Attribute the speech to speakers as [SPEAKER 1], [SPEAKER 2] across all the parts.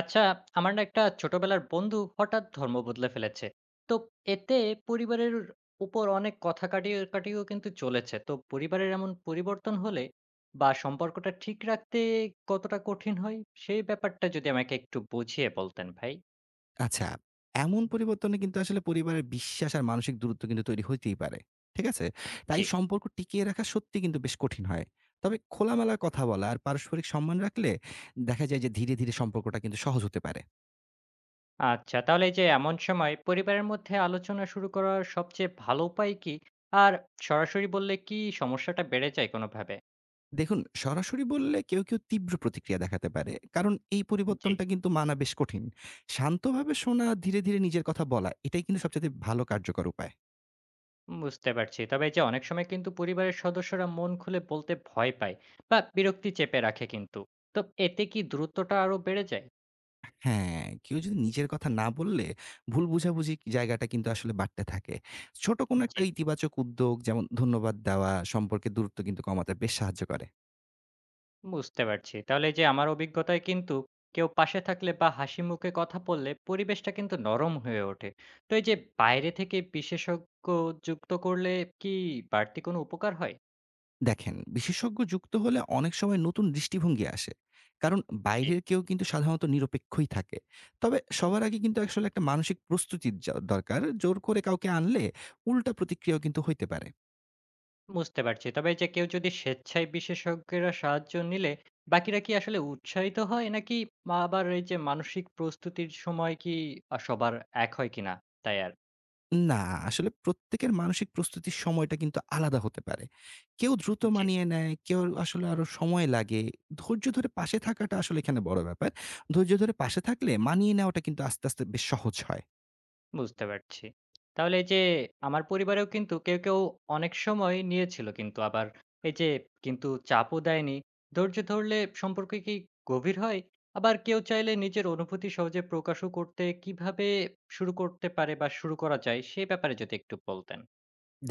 [SPEAKER 1] আচ্ছা, আমার না একটা ছোটবেলার বন্ধু হঠাৎ ধর্ম বদলে ফেলেছে। তো এতে পরিবারের উপর অনেক কথা কাটিয়ে কাটিয়েও কিন্তু চলেছে। তো পরিবারের এমন পরিবর্তন হলে বা সম্পর্কটা ঠিক রাখতে কতটা কঠিন হয় সেই ব্যাপারটা যদি আমাকে একটু বুঝিয়ে বলতেন ভাই।
[SPEAKER 2] আচ্ছা, এমন পরিবর্তনে কিন্তু আসলে পরিবারের বিশ্বাস আর মানসিক দূরত্ব কিন্তু তৈরি হইতেই পারে। ঠিক আছে?
[SPEAKER 1] জি।
[SPEAKER 2] তাই সম্পর্ক টিকিয়ে রাখা সত্যি কিন্তু বেশ কঠিন হয়। তবে খোলামেলা কথা বলা আর পারস্পরিক সম্মান রাখলে দেখা যায় যে ধীরে, ধীরে সম্পর্কটা কিন্তু সহজ হতে পারে।
[SPEAKER 1] আচ্ছা, তাহলে এই যে এমন সময় পরিবারের মধ্যে আলোচনা শুরু করার সবচেয়ে ভালো উপায় কি? আর সরাসরি বললে কি সমস্যাটা বেড়ে যায় কোনোভাবে?
[SPEAKER 2] দেখুন সরাসরি বললে কেউ, কেউ তীব্র প্রতিক্রিয়া দেখাতে পারে। কারণ এই
[SPEAKER 1] জি,
[SPEAKER 2] পরিবর্তনটা কিন্তু মানা বেশ কঠিন। শান্তভাবে শোনা, ধীরে, ধীরে নিজের কথা বলা এটাই কিন্তু সবচাইতে ভালো কার্যকর উপায়।
[SPEAKER 1] বুঝতে পারছি। তবে এই যে অনেক সময় কিন্তু পরিবারের সদস্যরা মন খুলে বলতে ভয় পায় বা বিরক্তি চেপে রাখে কিন্তু। তো এতে কি দূরত্বটা আরো বেড়ে যায়?
[SPEAKER 2] হ্যাঁ, কেউ যদি নিজের কথা না বললে ভুল বোঝাবুঝি জায়গাটা কিন্তু আসলে বাড়তে থাকে। ছোট কোনো
[SPEAKER 1] জি,
[SPEAKER 2] একটা ইতিবাচক উদ্যোগ যেমন ধন্যবাদ দেওয়া সম্পর্কের দূরত্ব কিন্তু কমাতে বেশ সাহায্য করে।
[SPEAKER 1] বুঝতে পারছি। তাহলে এই যে আমার অভিজ্ঞতায় কিন্তু কেউ পাশে থাকলে বা হাসি মুখে কথা বললে পরিবেশটা কিন্তু নরম হয়ে ওঠে। তো এই যে বাইরে থেকে বিশেষজ্ঞ যুক্ত করলে কি বাড়তি কোনো উপকার হয়?
[SPEAKER 2] দেখেন, বিশেষজ্ঞ যুক্ত হলে অনেক সময় নতুন দৃষ্টিভঙ্গি আসে। কারণ
[SPEAKER 1] জি,
[SPEAKER 2] বাইরের কেউ কিন্তু সাধারণত নিরপেক্ষই থাকে। তবে সবার আগে কিন্তু আসলে একটা মানসিক প্রস্তুতির য দরকার। জোর করে কাউকে আনলে উল্টা প্রতিক্রিয়াও কিন্তু হইতে পারে।
[SPEAKER 1] বুঝতে পারছি। তবে এই যে কেউ যদি স্বেচ্ছায় বিশেষজ্ঞেরা সাহায্য নিলে বাকিরা কি আসলে উৎসাহিত হয়? নাকি আবার এই যে মানসিক প্রস্তুতির সময় কি সবার এক হয় কিনা? তাই আর
[SPEAKER 2] না, আসলে প্রত্যেকের মানসিক প্রস্তুতির সময়টা কিন্তু আলাদা হতে পারে। কেউ দ্রুত
[SPEAKER 1] জি,
[SPEAKER 2] মানিয়ে নেয়, কেউ আসলে আরো সময় লাগে। ধৈর্য ধরে পাশে থাকাটা আসলে এখানে বড় ব্যাপার। ধৈর্য ধরে পাশে থাকলে মানিয়ে নেওয়াটা কিন্তু আস্তে, আস্তে বেশ সহজ হয়।
[SPEAKER 1] বুঝতে পারছি। তাহলে এই যে আমার পরিবারেও কিন্তু কেউ, কেউ অনেক সময় নিয়েছিল, কিন্তু আবার এই যে কিন্তু চাপও দেয়নি। ধৈর্য ধরলে সম্পর্ক কি গভীর হয়? আবার কেউ চাইলে নিজের অনুভূতি সহজে প্রকাশও করতে শুরু করতে পারে বা শুরু করা যায় সে ব্যাপারে যদি একটু বলতেন?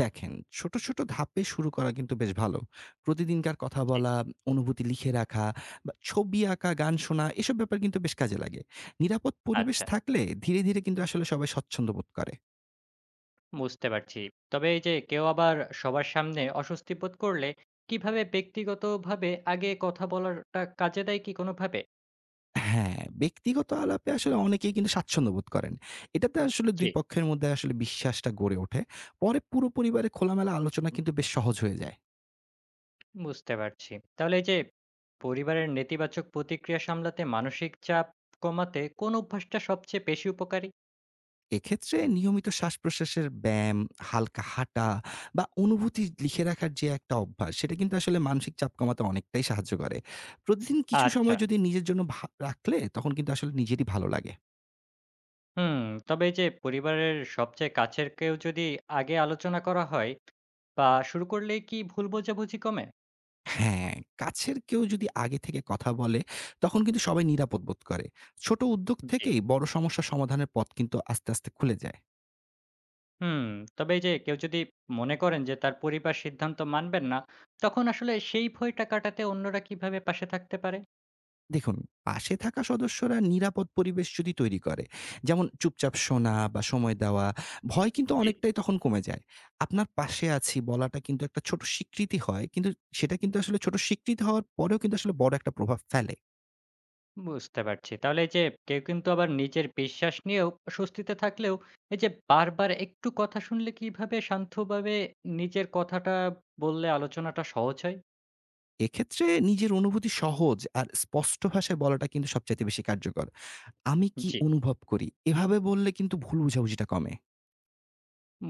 [SPEAKER 2] দেখেন, ছোট, ছোট ধাপে শুরু করা কিন্তু বেশ ভালো। প্রতিদিনকার কথা
[SPEAKER 1] জি,
[SPEAKER 2] বলা, অনুভূতি লিখে রাখা বা ছবি আঁকা, গান শোনা এসব ব্যাপার কিন্তু বেশ কাজে লাগে। নিরাপদ পরিবেশ
[SPEAKER 1] আচ্ছা,
[SPEAKER 2] থাকলে ধীরে, ধীরে কিন্তু আসলে সবাই স্বচ্ছন্দ বোধ করে।
[SPEAKER 1] বুঝতে পারছি। তবে এই যে কেউ আবার সবার সামনে অস্বস্তি বোধ করলে কিভাবে ব্যক্তিগতভাবে আগে কথা বলাটা কাজে দেয় কি কোনোভাবে?
[SPEAKER 2] হ্যাঁ, ব্যক্তিগত আলাপে আসলে অনেকেই কিন্তু স্বাচ্ছন্দ্য বোধ করেন। এটাতে আসলে
[SPEAKER 1] জি,
[SPEAKER 2] ২ পক্ষের মধ্যে আসলে বিশ্বাসটা গড়ে ওঠে। পরে পুরো পরিবারে খোলামেলা আলোচনা কিন্তু বেশ সহজ হয়ে যায়।
[SPEAKER 1] বুঝতে পারছি। তাহলে এই যে পরিবারের নেতিবাচক প্রতিক্রিয়া সামলাতে মানসিক চাপ কমাতে কোন অভ্যাসটা সবচেয়ে বেশি উপকারী?
[SPEAKER 2] এক্ষেত্রে নিয়মিত শ্বাসপ্রশ্বাসের ব্যায়াম, হালকা হাঁটা বা অনুভূতি লিখে রাখার যে একটা অভ্যাস, সেটা কিন্তু আসলে মানসিক চাপ কমাতে অনেকটাই সাহায্য করে। প্রতিদিন কিছু
[SPEAKER 1] আচ্ছা,
[SPEAKER 2] সময় যদি নিজের জন্য ভা রাখলে তখন কিন্তু আসলে নিজেরই ভালো লাগে।
[SPEAKER 1] হুম। তবে এই যে পরিবারের সবচেয়ে কাছের কেউ যদি আগে আলোচনা করা হয় বা শুরু করলে কি ভুল বোঝাবুঝি কমে?
[SPEAKER 2] হ্যাঁ, কাছের কেউ যদি আগে থেকে কথা বলে, তখন কিন্তু সবাই নিরাপদ বোধ করে। ছোট উদ্যোগ
[SPEAKER 1] জি,
[SPEAKER 2] থেকেই বড় সমস্যা সমাধানের পথ কিন্তু আস্তে, আস্তে খুলে যায়।
[SPEAKER 1] হুম, তবে এই যে কেউ যদি মনে করেন যে তার পরিবার সিদ্ধান্ত মানবেন না, তখন আসলে সেই ভয়টা কাটাতে অন্যরা কিভাবে পাশে থাকতে পারে?
[SPEAKER 2] দেখুন, পাশে থাকা সদস্যরা নিরাপদ পরিবেশ যদি তৈরি করে, যেমন চুপচাপ শোনা বা সময় দেওয়া, ভয় কিন্তু
[SPEAKER 1] জি,
[SPEAKER 2] অনেকটাই তখন কমে যায়। আপনার পাশে আছি বলাটা কিন্তু একটা ছোট স্বীকৃতি হয়, কিন্তু সেটা কিন্তু আসলে ছোট স্বীকৃতি হওয়ার পরেও কিন্তু আসলে বড় একটা প্রভাব ফেলে।
[SPEAKER 1] বুঝতে পারছি। তাহলে এই যে কেউ কিন্তু আবার নিজের বিশ্বাস নিয়েও স্বস্তিতে থাকলেও এই যে বারবার একটু কথা শুনলে কিভাবে শান্তভাবে নিজের কথাটা বললে আলোচনাটা সহজ হয়?
[SPEAKER 2] এক্ষেত্রে নিজের অনুভূতি সহজ আর স্পষ্ট ভাষায় বলাটা কিন্তু সবচাইতে বেশি কার্যকর। আমি কি
[SPEAKER 1] জি,
[SPEAKER 2] অনুভব করি? এভাবে বললে কিন্তু ভুল বোঝাবুঝিটা কমে।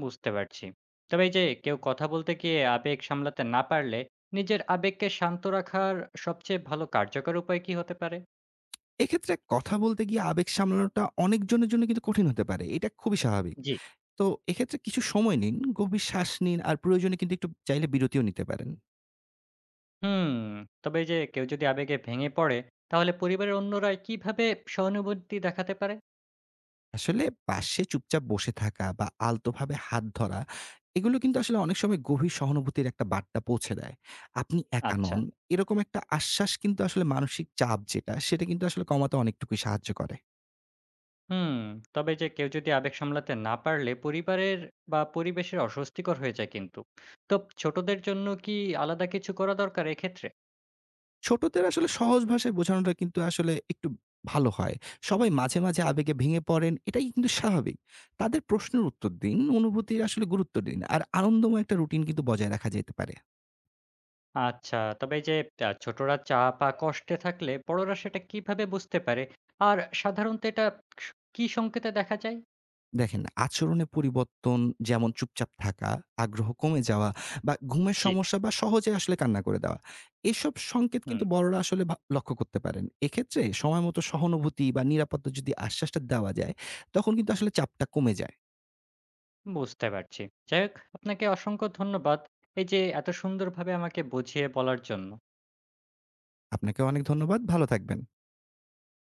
[SPEAKER 1] বুঝতে পারছি। তবে এই যে কেউ কথা বলতে গিয়ে আবেগ সামলাতে না পারলে নিজের আবেগকে শান্ত রাখার সবচেয়ে ভালো কার্যকর উপায় কি হতে পারে?
[SPEAKER 2] এক্ষেত্রে কথা বলতে গিয়ে আবেগ সামলানোটা অনেকজনের জন্য কিন্তু কঠিন হতে পারে। এটা খুবই স্বাভাবিক।
[SPEAKER 1] জি,
[SPEAKER 2] তো এক্ষেত্রে কিছু সময় নিন, গভীর শ্বাস নিন আর প্রয়োজনে কিন্তু একটু চাইলে বিরতিও নিতে পারেন।
[SPEAKER 1] হুম, তবে এই যে কেউ যদি আবেগে ভেঙে পড়ে, তাহলে পরিবারের অন্যরা কিভাবে সহানুভূতি দেখাতে পারে?
[SPEAKER 2] আসলে পাশে চুপচাপ বসে থাকা বা আলতোভাবে হাত ধরা, এগুলো কিন্তু আসলে অনেক সময় গভীর সহানুভূতির একটা বার্তা পৌঁছে দেয়। আপনি একা
[SPEAKER 1] আচ্ছা,
[SPEAKER 2] নন, এরকম একটা আশ্বাস কিন্তু আসলে মানসিক চাপ যেটা, সেটা কিন্তু আসলে কমাতে অনেকটুকুই সাহায্য করে।
[SPEAKER 1] হুম, তবে যে কেউ যদি আবেগ সামলাতে না পারলে পরিবারের বা পরিবেশের অস্বস্তিকর হয়ে যায় কিন্তু। তো ছোটদের জন্য কি আলাদা কিছু করা দরকার এক্ষেত্রে?
[SPEAKER 2] ছোটদের আসলে সহজ ভাষায় বোঝানোটা কিন্তু আসলে একটু ভালো হয়। সবাই মাঝে, মাঝে
[SPEAKER 1] জি।
[SPEAKER 2] আবেগে ভেঙে পড়েন, এটাই কিন্তু স্বাভাবিক। তাদের প্রশ্নের উত্তর দিন, অনুভূতির আসলে গুরুত্ব দিন। আর আনন্দময় একটা রুটিন কিন্তু বজায় রাখা যেতে পারে।
[SPEAKER 1] আচ্ছা, তবে এই যে ছোটরা চাপ বা কষ্টে থাকলে বড়রা সেটা কিভাবে বুঝতে পারে? আর সাধারণত এটা স কি সংকেতে দেখা যায়?
[SPEAKER 2] দেখেন আচরণে পরিবর্তন যেমন চুপচাপ থাকা, আগ্রহ কমে যাওয়া বা ঘুমের
[SPEAKER 1] জি,
[SPEAKER 2] সমস্যা বা সহজে আসলে কান্না করে দেওয়া। এসব সংকেত
[SPEAKER 1] হুম,
[SPEAKER 2] কিন্তু বড়রা আসলে ভা লক্ষ্য করতে পারেন। এক্ষেত্রে সময়মতো সহানুভূতি বা নিরাপত্তা যদি আশ্বাসটা দেওয়া যায়, তখন কিন্তু আসলে চাপটা কমে যায়।
[SPEAKER 1] বুঝতে পারছি। যাই হোক, আপনাকে অসংখ্য ধন্যবাদ। এই যে এত সুন্দরভাবে আমাকে বুঝিয়ে বলার জন্য।
[SPEAKER 2] আপনাকে অনেক ধন্যবাদ। ভালো থাকবেন।